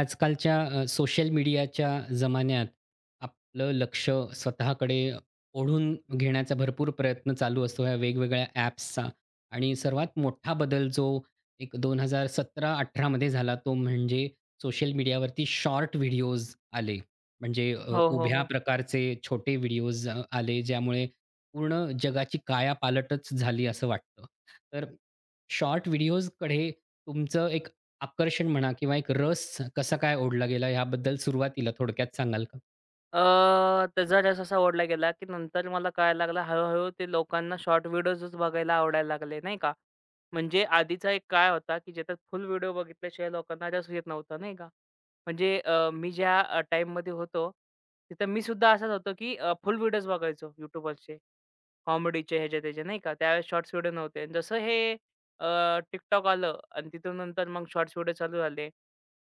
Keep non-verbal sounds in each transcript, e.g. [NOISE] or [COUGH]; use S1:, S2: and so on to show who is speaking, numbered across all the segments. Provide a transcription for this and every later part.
S1: आजकालच्या सोशल मीडियाच्या जमान्यात आपलं लक्ष स्वतःकडे ओढून घेण्याचा भरपूर प्रयत्न चालू असतो ह्या वेगवेगळ्या ॲप्सचा. आणि सर्वात मोठा बदल जो एक 2017-18 मध्ये झाला तो म्हणजे सोशल मीडियावरती शॉर्ट व्हिडिओज आले. म्हणजे
S2: हो, हो,
S1: उभ्या
S2: हो.
S1: प्रकारचे छोटे व्हिडिओज आले, ज्यामुळे पूर्ण जगाची कायापालटच झाली असं वाटतं. तर शॉर्ट व्हिडिओजकडे तुमचं एक आकर्षण म्हणा किंवा एक रस कसा काय ओढला गेला, याबद्दल सुरुवातीला थोडक्यात सांगाल का?
S2: त्याचा रस असा ओढला गेला, की नंतर मला कळायला लागलं हळू ते लोकांना शॉर्ट व्हिडिओजच बघायला आवडायला लागले, नाही का. म्हणजे आधीचा एक काळ होता, की ज्याच्यात फुल व्हिडिओ बघितल्याशिवाय लोकांना रस येत नव्हता, नाही का. म्हणजे मी ज्या टाईममध्ये होतो, तिथं मी सुद्धा असाच होतो, की फुल व्हिडिओज बघायचो YouTuberचे. कॉमेडीचे ह्याच्या-त्याच्या नाही का? त्यावेळेस शॉर्ट्स व्हिडिओ नव्हते आणि जसं हे अ, आलं आणि तिथून नंतर मग शॉर्ट्स व्हिडिओ चालू झाले.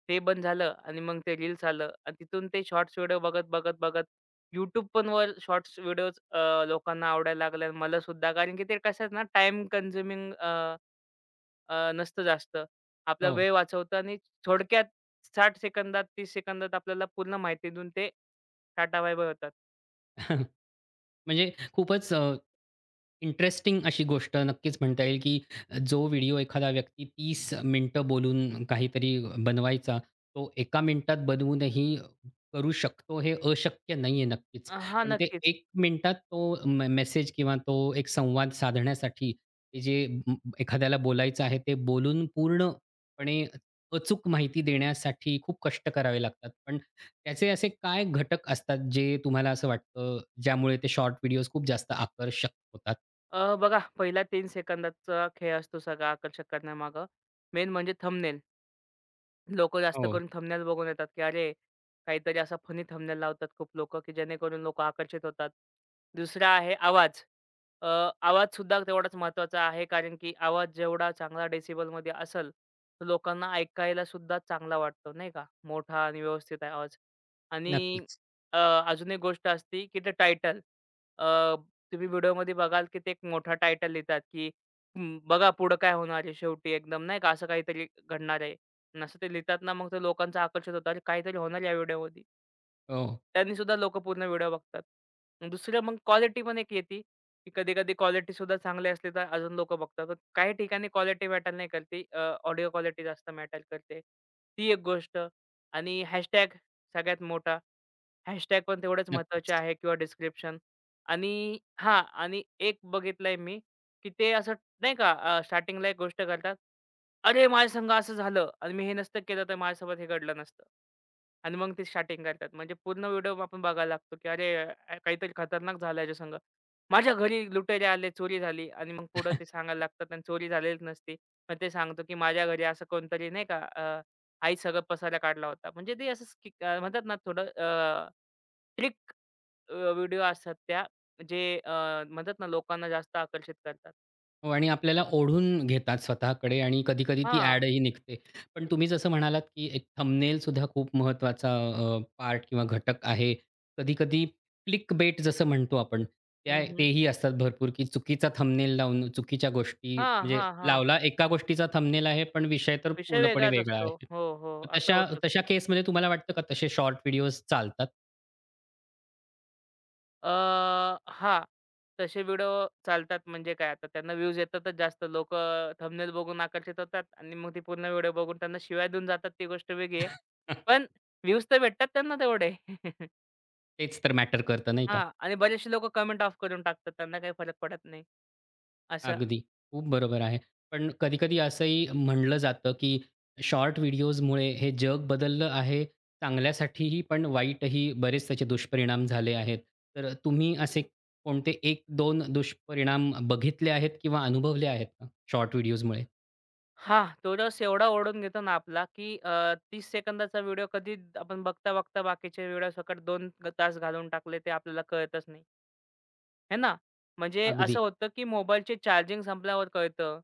S2: ते बंद झालं आणि मग ते रील्स आलं आणि तिथून ते शॉर्ट्स व्हिडिओ बघत, बघत, बघत YouTube पण वर शॉर्ट्स व्हिडिओज लोकांना आवडायला लागले आणि मला सुद्धा. कारण की ते कसं आहे ना टाईम कन्झ्युमिंग नसतं जास्त. आपला
S1: हो.
S2: वेळ वाचवतं आणि थोडक्यात 60 सेकंदात, 30 सेकंदात आपल्याला पूर्ण माहिती देऊन ते टाटा बाय-बाय होतात.
S1: [LAUGHS] म्हणजे खूपच इंटरेस्टिंग अशी गोष्ट नक्कीच म्हणता येईल, की जो व्हिडिओ एखादा व्यक्ती 30 मिनिटं बोलून काहीतरी बनवायचा, तो एका मिनिटात बनवूनही करू शकतो, हे अशक्य नाहीये नक्कीच.
S2: हां,
S1: पण ते
S2: नक्कीच.
S1: एक मिनिटात तो मेसेज किंवा तो एक संवाद साधण्यासाठी, ते जे म एखाद्याला बोलायचं आहे ते बोलून पूर्णपणे अचूक माहिती देण्यासाठी खूप कष्ट करावे लागतात. पण त्याचे असे काय घटक असतात जे तुम्हाला असं वाटतं, ज्यामुळे ते शॉर्ट व्हिडिओज खूप जास्त आकर्षक होतात?
S2: बघा पहिल्या 3 सेकंदाचा खेळ असतो सगळा आकर्षक करण्यामागं. मेन म्हणजे थंबनेल. लोकं जास्त
S1: हो.
S2: करून थंबनेल बघून येतात, की अरे, काहीतरी असा फनी थंबनेल लावतात खूप लोकं, की जेणेकरून लोकं आकर्षित होतात. दुसरा आहे आवाज. अ, आवाजसुद्धा तेवढाच महत्त्वाचा आहे, कारण की आवाज जेवढा चांगला डेसिबलमध्ये असेल, तर लोकांना ऐकायला सुद्धा चांगला वाटतो, नाही का? मोठा आणि व्यवस्थित आहे आवाज. आणि
S1: नक्कीच.
S2: अ, अजून एक गोष्ट असते, की ते टायटल. अ, तुम्ही व्हिडिओमध्ये बघाल, की ते एक मोठा टायटल लिहितात, की "हं, बघा पुढं काय होणार आहे शेवटी एकदम, नाही का? असं काहीतरी घडणार आहे. असं ते लिहितात ना, मग ते लोकांचं आकर्षित होतं. अरे, काहीतरी होणार या व्हिडिओमध्ये.
S1: हो,
S2: त्यांनी सुद्धा लोकं पूर्ण व्हिडिओ बघतात. अन दुसरं मग क्वालिटी पण एक येते, की कधी-कधी क्वालिटी सुद्धा चांगली असली तर अजून लोकं बघतात. पण काही ठिकाणी क्वालिटी मॅटर नाही करते. ऑडिओ क्वालिटी जास्त मॅटर करते. ती एक गोष्ट आणि हॅशटॅग सगळ्यात मोठा. हॅशटॅग पण तेवढेच महत्त्वाचे
S1: नक्कीच.
S2: आहे किंवा डिस्क्रिप्शन आणि हां आणि एक बघितलंय मी, की ते असं नाही का स्टार्टिंगला एक गोष्ट करतात. "अरे, माझ्या संग असं झालं आणि मी हे नसतं केलं तर माझ्यासोबत हे घडलं नसतं." आणि मग ते स्टार्टिंग करतात. म्हणजे पूर्ण व्हिडिओ आपण बघायला लागतो, की "अरे, काहीतरी खतरनाक झालं याच्या संग. माझ्या घरी लुटेरे आले, चोरी झाली." आणि मग पुढं ते सांगायला लागतात आणि चोरी झालेलीच नसती. मग ते सांगतो, की "माझ्या घरी असं कोणतरी नाही का आई सगळं पसारा काढला होता." म्हणजे ते असं म्हणतात ना थोडं ट्रिक व्हिडिओ असतात त्या जे अ, म्हणतात ना लोकांना जास्त आकर्षित करतात.
S1: हो, आणि आपल्याला ओढून घेतात स्वतःकडे आणि कधी-कधी ती
S2: हां.
S1: ॲडही निघते. पण तुम्ही जसं म्हणालात, की एक थंबनेल सुद्धा खूप महत्त्वाचा पार्ट किंवा घटक आहे. कधी-कधी क्लिकबेट जसं म्हणतो आपण,
S2: हं,
S1: त्या
S2: हं.
S1: तेही असतात भरपूर, की चुकीचा थंबनेल लावून चुकीच्या गोष्टी
S2: हां,
S1: म्हणजे
S2: हां, हां.
S1: लावला, एका गोष्टीचा थंबनेल आहे, पण विषय तर
S2: विषय
S1: पूर्णपणे
S2: वेगळाच
S1: वेगळा
S2: असतो.
S1: आहे.
S2: हो, हो. असं
S1: तशा
S2: होतंच.
S1: तशा केसमध्ये तुम्हाला वाटतं का तसे शॉर्ट व्हिडिओज चालतात?
S2: अ, हां. तसे व्हिडिओ चालतात म्हणजे काय आता त्यांना व्ह्यूज येतातच जास्त. लोकं थंबनेल बघून आकर्षित होतात आणि मग ते पूर्ण व्हिडिओ बघून त्यांना शिव्या देऊन जातात ती गोष्ट वेगळी आहे.
S1: [LAUGHS]
S2: पण व्ह्यूज तर भेटतात त्यांना तेवढे. [LAUGHS]
S1: तेच तर मॅटर करतं, नाही का?
S2: हां. आणि बरेचसे लोकं कमेंट ऑफ करून टाकतात. त्यांना काही फरक पडत नाही. असं.
S1: अगदी. खूप बरोबर आहे. पण कधी-कधी असंही म्हणलं जातं, की शॉर्ट व्हिडिओजमुळे हे जग बदललं आहे चांगल्यासाठीही, पण वाईटही बरेच त्याचे दुष्परिणाम झाले आहेत. तर तुम्ही असे कोणते एक दोन दुष्परिणाम बघितले आहेत किंवा अनुभवले आहेत का शॉर्ट व्हिडिओजमुळे?
S2: हां, तो रस एवढा ओढून घेतो ना आपला, की 30 सेकंदाचा व्हिडिओ कधी आपण बघता-बघता बाकीचे व्हिडिओ सकट 2 तास घालून टाकले, ते आपल्याला कळतच नाही. आहे ना? म्हणजे
S1: अगदी.
S2: असं होतं, की मोबाईलचे चार्जिंग संपल्यावर कळतं,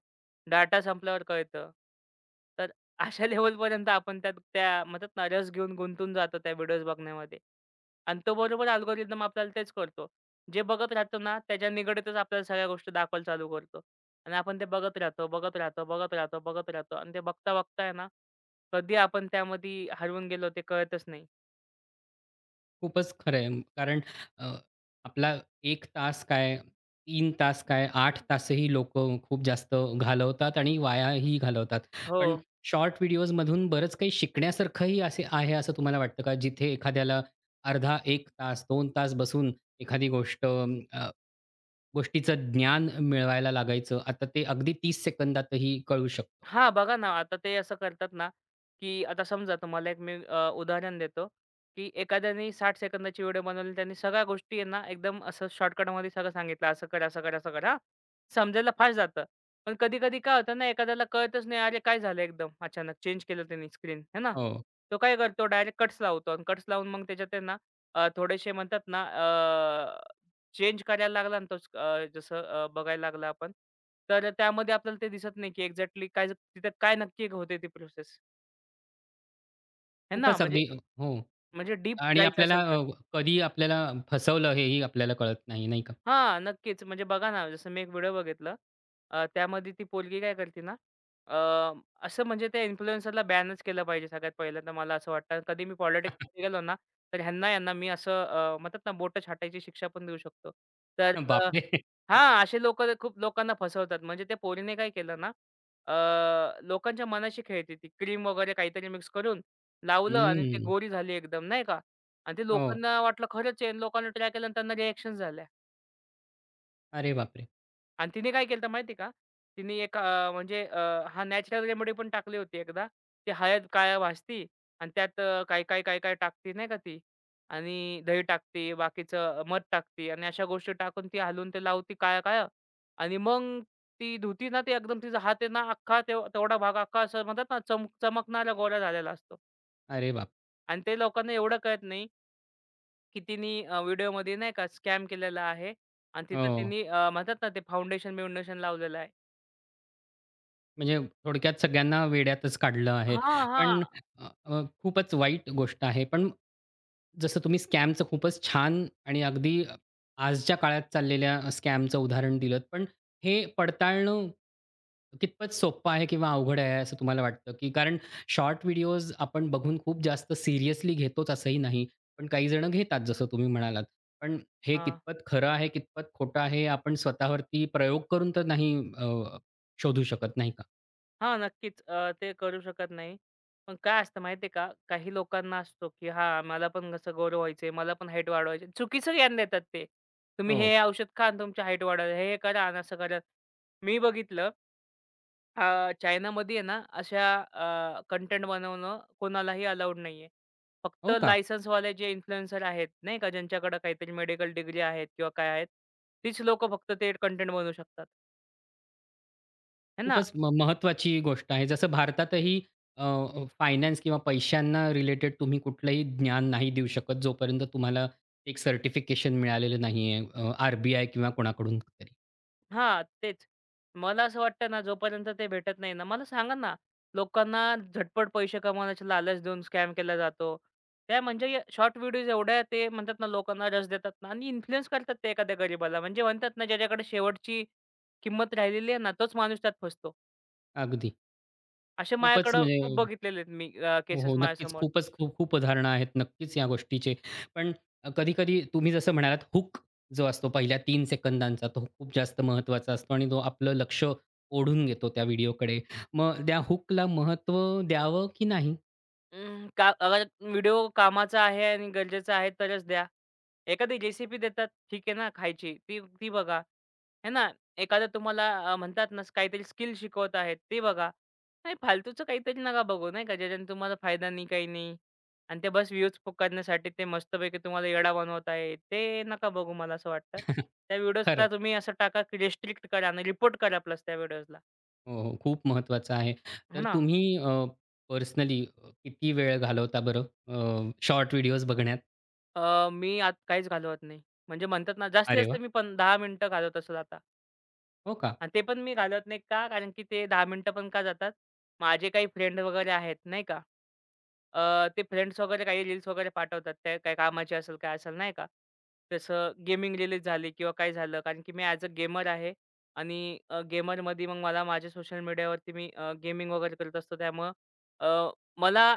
S2: डाटा संपल्यावर कळतं. तर अशा [LAUGHS] लेव्हलपर्यंत आपण त्यात त्या म्हणतात ना, रस घेऊन गुंतून जातो त्या व्हिडिओज बघण्यामध्ये. आणि तो बरोबर अल्गोरिदम आपल्याला तेच करतो. जे बघत राहतो ना, त्याच्या निगडीतच आपल्याला सगळ्या गोष्टी दाखवायला चालू करतो. आणि आपण ते बघत राहतो, बघत राहतो, बघत राहतो, बघत राहतो. आणि ते बघता-बघता ना, कधी आपण त्यामध्ये हरवून गेलो ते कळतच नाही.
S1: खूपच खरं आहे. कारण अ, आपला 1 तास काय, 3 तास काय, 8 तासही लोकं खूप जास्त घालवतात आणि वायाही घालवतात.
S2: हो.
S1: पण शॉर्ट व्हिडिओजमधून बरंच काही शिकण्यासारखंही असे आहे असं तुम्हाला वाटतं का? जिथे एखाद्याला अर्धा एक तास, 2 तास बसून एखादी गोष्टीचं ज्ञान मिळवायला लागायचं. आता ते अगदी 30 सेकंदातही कळू शकतं.
S2: हां, बघा ना, आता ते असं करतात ना, की आता समजा तुम्हाला एक मी उदाहरण देतो, की एखाद्याने 60 सेकंदाची व्हिडिओ बनवली. त्यांनी सगळ्या गोष्टी आहे ना, एकदम असं शॉर्टकटमध्ये सगळं सांगितलं. असं कर, असं कर, असं कर हां. समजायला फास्ट जातं. पण कधी-कधी काय होतं ना, एखाद्याला कळतच नाही, "अरे, काय झालं एकदम अचानक चेंज केलं त्यांनी स्क्रीन." है ना?
S1: हो.
S2: तो काय करतो डायरेक्ट कट्स लावतो आणि कट्स लावून मग त्याच्यात आहे ना, थोडेसे म्हणतात ना, चेंज करायला लागला ना तोच जसं बघायला लागला आपण. तर त्यामध्ये आपल्याला ते दिसत नाही, की एक्झॅक्टली काय तिथे काय नक्की होते ती प्रोसेस. आहे ना,
S1: खूपच
S2: म्हणजे
S1: अगदी हो.
S2: म्हणजे डीप
S1: आणि
S2: जायचं
S1: आपल्याला
S2: असेल तर.
S1: कधी आपल्याला फसवलं हेही आपल्याला कळत नाही, नाही का?
S2: हां, नक्कीच. म्हणजे बघा ना, जसं मी एक व्हिडिओ बघितला. त्यामध्ये ती पोलगी काय करते ना, अ, असं म्हणजे त्या इन्फ्लुएन्सरला बॅनच केलं पाहिजे सगळ्यात पहिलं तर मला असं वाटतं. कधी मी पॉलिटिक्समध्ये गेलो ना, तर ह्यांना मी असं म्हणतात ना, बोटं छाटायची शिक्षा पण देऊ शकतो. तर
S1: बापरे!
S2: हां, असे लोकं खूप लोकांना फसवतात. म्हणजे त्या पोरीने काय केलं ना, अ, लोकांच्या मनाशी खेळते ती. क्रीम वगैरे काहीतरी मिक्स करून लावलं आणि हं.
S1: हं.
S2: गोरी झाली एकदम नाही का? आणि ते
S1: हो.
S2: लोकांना वाटलं खरंच आहे आणि लोकांनी ट्राय केलं आणि त्यांना रिएक्शन झाल्या.
S1: अरे बापरे!
S2: आणि तिने काय केलं माहिती आहे का? तिने एक हां, नॅचरल रेमेडी पण टाकली होती एकदा. ती हळद काळ्या भाजती आणि त्यात काय, काय, काय, काय टाकते नाही का ती आणि दही टाकते, बाकीचं मध टाकते आणि अशा गोष्टी टाकून ती हलवून ते लावती काळं-काळं आणि मग ती धुती ना, ते एकदम तिचा हात आहे ना, अख्खा तेवढा भाग अख्खा असं म्हणतात ना, चमकणारा गोरा झालेला असतो
S1: अरे बाप!
S2: आणि ते लोकांना एवढं कळत नाही, की तिने व्हिडिओमध्ये नाही का स्कॅम केलेला आहे आणि तिथं
S1: हो.
S2: तिने म्हणतात ना, ते फाउंडेशन-बिउंडेशन लावलेलं आहे.
S1: म्हणजे थोडक्यात सगळ्यांना वेड्यातच काढलं आहे.
S2: हां, हां.
S1: पण अ, अ, खूपच वाईट गोष्ट आहे. पण जसं तुम्ही स्कॅमचं खूपच छान आणि अगदी आजच्या काळात चाललेल्या स्कॅमचं उदाहरण दिलत. पण हे पडताळणं कितपत सोपं आहे किंवा अवघड आहे असं तुम्हाला वाटतं? की कारण शॉर्ट व्हिडिओज आपण बघून खूप जास्त सीरियसली घेतोच असंही नाही. पण काही जण घेतात जसं तुम्ही म्हणालात. पण हे
S2: हां,
S1: कितपत खरं आहे, कितपत खोटं आहे, हे आपण स्वतःवरती प्रयोग करून तर शोधू शकत नाही.
S2: हां. नक्कीच. ते करू शकत नाही. पण काय असतं माहिती आहे का, काही लोकांना असतो, की हां, मला पण कसं गौरव व्हायचंय, मला पण हाईट वाढवायची. चुकीचं ज्ञान देतात ते. तुम्ही हे
S1: हो.
S2: औषध खा आणि तुमची हाईट वाढेल. हे, हे करा आणि असं करा. मी बघितलं चायनामध्ये आहे ना, अशा कंटेंट बनवणं कोणालाही अलाउड नाहीये. फक्त
S1: हो का?
S2: लायसन्सवाले जे इन्फ्लुएन्सर आहेत, नाही का, ज्यांच्याकडे काहीतरी मेडिकल डिग्री आहेत किंवा काय आहेत, तीच लोकं फक्त ते कंटेंट बनवू शकतात. है ना?
S1: खूपच महत्त्वाची गोष्ट आहे. जसं भारतातही फायनान्स किंवा पैशांना रिलेटेड तुम्ही कुठलंही ज्ञान नाही देऊ शकत, जोपर्यंत तुम्हाला एक सर्टिफिकेशन मिळालेलं नाहीये आर-बी-आय किंवा कोणाकडून तरी.
S2: हां, तेच. मला असं वाटतं ना, जोपर्यंत ते भेटत नाही ना मला सांगा ना, लोकांना झटपट पैसे कमावण्याचे लालच देऊन स्कॅम केला जातो. त्या म्हणजे या शॉर्ट व्हिडिओज एवढ्या ते म्हणतात ना, लोकांना रस देतात ना आणि इन्फ्लुअन्स करतात ते एखाद्या गरीबाला. म्हणजे म्हणतात ना, ज्याच्याकडे शेवटची किंमत राहिलेली आहे ना, तोच माणूस त्यात फसतो.
S1: अगदी.
S2: असे
S1: खूपच
S2: माझ्याकडं
S1: म्हणजे
S2: खूप बघितलेले आहेत मी
S1: हो,
S2: केसेस
S1: हो. नक्कीच.
S2: माझ्यासमोर.
S1: खूपच खूप खूप उदाहरणं आहेत नक्कीच या गोष्टीचे. पण कधी-कधी तुम्ही जसं म्हणालात हूक जो असतो पहिल्या 3 सेकंदांचा, तो खूप जास्त महत्त्वाचा असतो आणि तो आपलं लक्ष ओढून घेतो त्या व्हिडिओकडे. मग त्या हूकला महत्त्व द्यावं की नाही?
S2: अं, का अगर व्हिडिओ कामाचा आहे आणि गरजेचा आहे तरच द्या. एखादी रेसिपी देतात, ठीक आहे ना खायची, ती ती बघा. आहे ना? एखादं तुम्हाला म्हणतात ना काहीतरी स्किल शिकवत आहेत, ते बघा. नाही फालतूचं काहीतरी नका बघू, नाही का? ज्याच्याने तुम्हाला फायदा नाही, काही नाही आणि ते बस व्ह्यूज करण्यासाठी ते मस्तपैकी तुम्हाला येडा बनवत आहे, ते नका बघू मला असं वाटतं.
S1: [LAUGHS]
S2: त्या
S1: खरं.
S2: व्हिडिओजला तुम्ही असं टाका की रिस्ट्रिक्ट करा आणि रिपोर्ट करा प्लस त्या व्हिडिओजला.
S1: हो, हो. खूप महत्त्वाचं आहे.
S2: हो
S1: तर
S2: ना?
S1: तुम्ही पर्सनली किती वेळ घालवता बरं शॉर्ट व्हिडिओज बघण्यात?
S2: मी आत काहीच घालवत नाही. म्हणजे म्हणतात ना, जास्तीत
S1: अरे
S2: जास्त
S1: वाह!
S2: मी पण 10 मिनिटं घालवत असेल आता.
S1: हो का?
S2: आणि ते पण मी घालवत नाही. का? कारण की ते 10 मिनिटं पण का जातात? माझे काही फ्रेंड वगैरे आहेत नाही का. ते फ्रेंड्स वगैरे काही रील्स वगैरे पाठवतात. ते काही कामाचे असेल, काय असेल नाही का. तसं गेमिंग रिलीज झाली किंवा काय झालं कारण की मी ॲज अ गेमर आहे आणि गेमरमध्ये मग मला माझ्या सोशल मीडियावरती मी गेमिंग वगैरे करत असतो. त्यामुळं अ, मला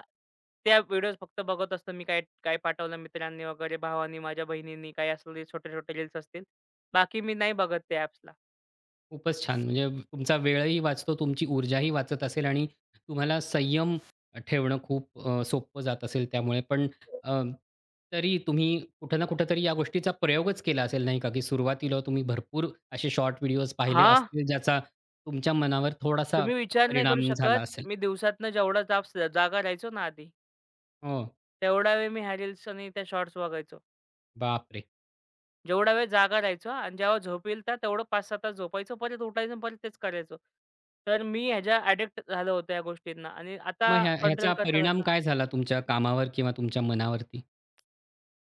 S2: त्या व्हिडिओज फक्त बघत असतो मी काय काय पाठवलं मित्रांनी वगैरे, भावांनी, माझ्या बहिणींनी काही असले छोटे-छोटे रील्स असतील. बाकी मी नाही बघत त्या ॲप्सला.
S1: खूपच छान. म्हणजे तुमचा वेळही वाचतो, तुमची ऊर्जाही वाचत असेल आणि तुम्हाला संयम ठेवणं खूप सोपं जात असेल त्यामुळे. पण अ, तरी तुम्ही कुठे ना कुठं तरी या गोष्टीचा प्रयोगच केला असेल नाही का, की सुरुवातीला तुम्ही भरपूर असे शॉर्ट व्हिडिओज पाहिले
S2: हां,
S1: असतील, ज्याचा तुमच्या मनावर थोडासा
S2: तुम्ही विचार नाही करू
S1: परिणाम झाला
S2: शकत,
S1: असेल?
S2: मी दिवसातनं जेवढा जागा राहायचो ना आधी,
S1: हो.
S2: तेवढा वेळ मी ह्या रील्स आणि त्या शॉर्ट्स बघायचो.
S1: बापरे!
S2: जेवढा वेळ जागा राहायचो आणि जेव्हा झोप येईल तर तेवढं 5-6 तास झोपायचो, परत उठायचो आणि परत तेच करायचो. तर मी ह्याच्या ॲडिक्ट झालो होतो या गोष्टींना आणि आता
S1: मग ह्या
S2: कंट्रोल
S1: ह्याचा परिणाम
S2: करता-करता
S1: काय झाला तुमच्या कामावर किंवा तुमच्या मनावरती?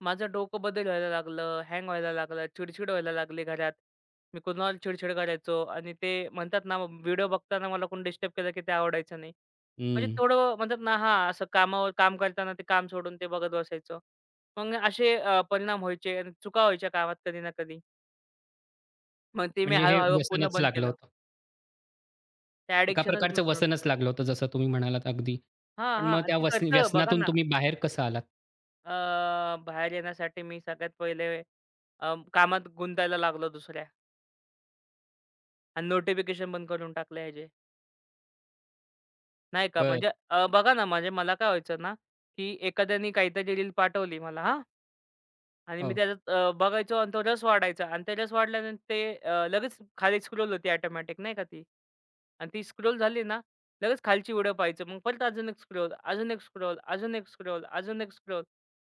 S2: माझं डोकं बदल व्हायला लागलं, हँग व्हायला लागलं, चिडचिड व्हायला लागली घरात. मी कुणाला चिडचिड करायचो आणि ते म्हणतात ना, व्हिडिओ बघताना मला कोणी डिस्टर्ब केलं की ते आवडायचं नाही. म्हणजे
S1: हं.
S2: थोडं म्हणतात ना हां, असं कामावर काम करताना ते काम सोडून ते बघत बसायचो. मग असे परिणाम व्हायचे आणि चुका व्हायच्या कामात कधी ना कधी. मग ते मी
S1: म्हणजे हे
S2: हळू पूर्ण
S1: व्यसनच
S2: बंद
S1: लागलं,
S2: केलं. ते
S1: एका
S2: अॅडिक्शनच
S1: प्रकारचं
S2: बंद करून
S1: व्यसनच
S2: टाकलं.
S1: लागलं होतं जसं तुम्ही म्हणालात अगदी.
S2: हां,
S1: पण
S2: हां.
S1: मग
S2: आणि
S1: त्या
S2: ते करतं बघा
S1: व्यसनातून
S2: ना,
S1: तुम्ही बाहेर कसं आलात?
S2: बाहेर येण्यासाठी मी सगळ्यात पहिले कामात गुंतायला लागलो दुसऱ्या आणि नोटिफिकेशन बंद करून टाकले ह्याचे. नाही का
S1: बरं.
S2: म्हणजे बघा ना म्हणजे मला काय व्हायचं ना, की एखाद्याने काहीतरी रील पाठवली मला हां. आणि मी
S1: हो.
S2: त्याच्यात बघायचो आणि तो रस वाढायचा आणि ते रस वाढल्यानंतर ते लगेच खाली स्क्रोल होती ऑटोमॅटिक नाही का ती. आणि ती स्क्रोल झाली ना, लगेच खालची व्हिडिओ पाहायचं. मग परत अजून एक स्क्रोल, अजून एक स्क्रोल, अजून एक स्क्रोल, अजून एक स्क्रोल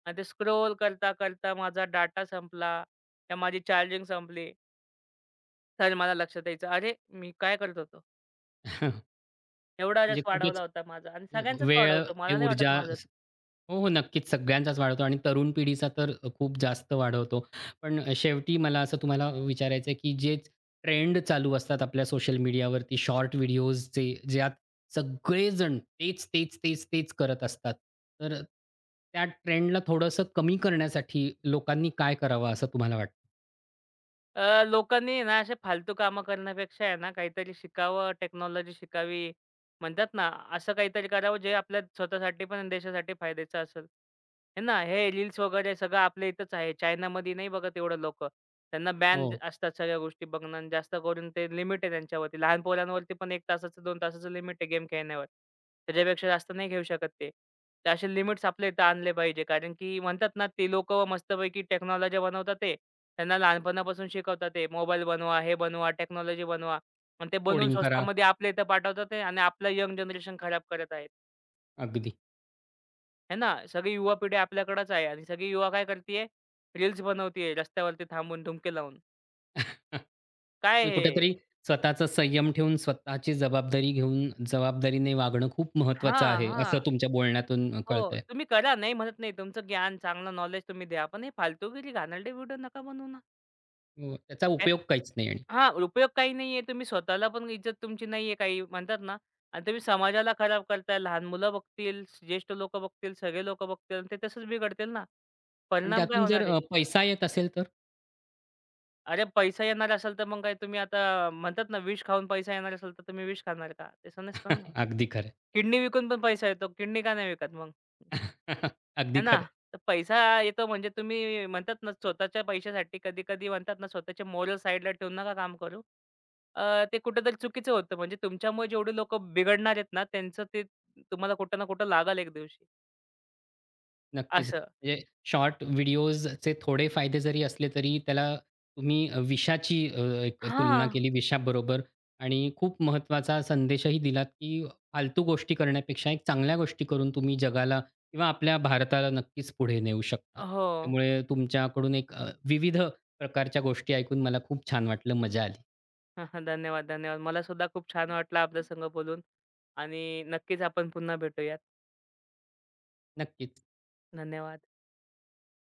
S2: आणि ते स्क्रोल करता, करता माझा डाटा संपला या माझी चार्जिंग संपली. तर मला लक्षात यायचं, "अरे, मी काय करत होतो?
S1: [LAUGHS]
S2: एवढा रस
S1: म्हणजे
S2: वाढवला
S1: खूपच
S2: होता माझा." आणि सगळ्यांचाच
S1: वेळ,
S2: वाढवतो.
S1: ए,
S2: मला नाही वाटत
S1: ऊर्जा
S2: माझाच.
S1: स- हो, हो. नक्कीच सगळ्यांचाच वाढवतो आणि तरुण पिढीचा तर खूप जास्त वाढवतो. पण शेवटी मला असं तुम्हाला विचारायचं आहे, की जे ट्रेंड चालू असतात आपल्या सोशल मीडियावरती शॉर्ट व्हिडिओजचे, ज्यात सगळेजण तेच, तेच, तेच, तेच करत असतात. तर त्या ट्रेंडला थोडंसं कमी करण्यासाठी लोकांनी काय करावं असं तुम्हाला वाटतं?
S2: लोकांनी ना असे फालतू कामं करण्यापेक्षा आहे ना, काहीतरी शिकावं, टेक्नॉलॉजी शिकावी. म्हणतात ना, असं काहीतरी करावं जे आपल्या स्वतःसाठी पण आणि देशासाठी फायद्याचं असेल. हे ना, हे रील्स वगैरे सगळं आपल्या इथंच आहे. चायनामध्ये नाही बघत एवढं लोकं. त्यांना
S1: हो,
S2: बॅन असतात सगळ्या गोष्टी बघणं आणि जास्त करून ते लिमिट आहे त्यांच्यावरती. लहान पोरांवरती पण 1 तासाचं, 2 तासाचं लिमिट आहे गेम खेळण्यावर. त्याच्यापेक्षा जास्त नाही घेऊ शकत ते. तर असे लिमिट्स आपल्या इथं आणले पाहिजे. कारण की म्हणतात ना, ते लोकं मस्तपैकी टेक्नॉलॉजी बनवतात ते त्यांना लहानपणापासून शिकवतात ते मोबाईल बनवा, हे बनवा, टेक्नॉलॉजी बनवा आणि ते बनवून
S1: कोडिंग करा.
S2: स्वस्तामध्ये आपल्या इथं पाठवतात आहे आणि आपलं यंग जनरेशन खराब करत आहेत.
S1: अगदी.
S2: आहे ना? सगळी युवा पिढी आपल्याकडंच आहे आणि सगळी युवा काय करतीये? रील्स बनवतीये रस्त्यावरती थांबून ठुमके लावून.
S1: [LAUGHS]
S2: काय
S1: म्हणजे
S2: हे?
S1: कुठेतरी स्वतःचा संयम ठेवून, स्वतःची जबाबदारी घेऊन, जबाबदारीने वागणं खूप महत्त्वाचं
S2: हां,
S1: आहे, असं
S2: हां.
S1: तुमच्या बोलण्यातून
S2: हो,
S1: कळतंय.
S2: तुम्ही करा नाही म्हणत नाही. तुमचं ज्ञान, चांगलं नॉलेज तुम्ही द्या. पण हे फालतूगिरी, घाणेरडे व्हिडिओ नका बनवू ना.
S1: त्याचा उपयोग काहीच नाही आणि.
S2: हां, उपयोग काही नाहीये. तुम्ही स्वतःला पण इज्जत तुमची नाहीये काही म्हणतात ना आणि तुम्ही समाजाला खराब करताय. लहान मुलं बघतील, ज्येष्ठ लोकं बघतील, सगळे लोकं बघतील आणि ते तसंच बिघडतील ना.
S1: पण
S2: परिणाम काय
S1: त्यातून जर
S2: होणार आहे?
S1: पैसा येत असेल तर?
S2: अरे, पैसा येणार असेल तर मग काय तुम्ही आता म्हणतात ना विष खाऊन पैसा येणार असेल तर तुम्ही विष खाणार का? तसं नसतं ना.
S1: [LAUGHS] अगदी खरं.
S2: किडनी विकून पण पैसा येतो. किडनी का नाही विकत मग?
S1: [LAUGHS]
S2: आहे
S1: अगदी
S2: ना?
S1: खरं.
S2: तर पैसा येतो म्हणजे तुम्ही म्हणतात ना, स्वतःच्या पैशासाठी कधी-कधी म्हणतात ना, स्वतःच्या मोरल साइडला ठेवून नका काम करू. ते कुठेतरी चुकीचं होतं. म्हणजे तुमच्यामुळे जेवढे लोकं बिघडणार आहेत ना, त्यांचं ते तुम्हाला कुठं ना कुठं लागेल एक दिवशी
S1: नक्कीच.
S2: असं.
S1: म्हणजे शॉर्ट व्हिडिओजचे थोडे फायदे जरी असले तरी त्याला तुम्ही विषाची एक तुलना
S2: हां.
S1: केली विषाबरोबर आणि खूप महत्त्वाचा संदेशही दिलात, की फालतू गोष्टी करण्यापेक्षा एक चांगल्या गोष्टी करून तुम्ही जगाला किंवा आपल्या भारताला नक्कीच पुढे नेऊ शकता.
S2: हो.
S1: त्यामुळे तुमच्याकडून एक विविध प्रकारच्या गोष्टी ऐकून मला खूप छान वाटलं. मजा आली.
S2: [LAUGHS] धन्यवाद, धन्यवाद. मला सुद्धा खूप छान वाटलं आपल्या संग बोलून आणि नक्कीच आपण पुन्हा भेटूयात.
S1: नक्कीच.
S2: धन्यवाद.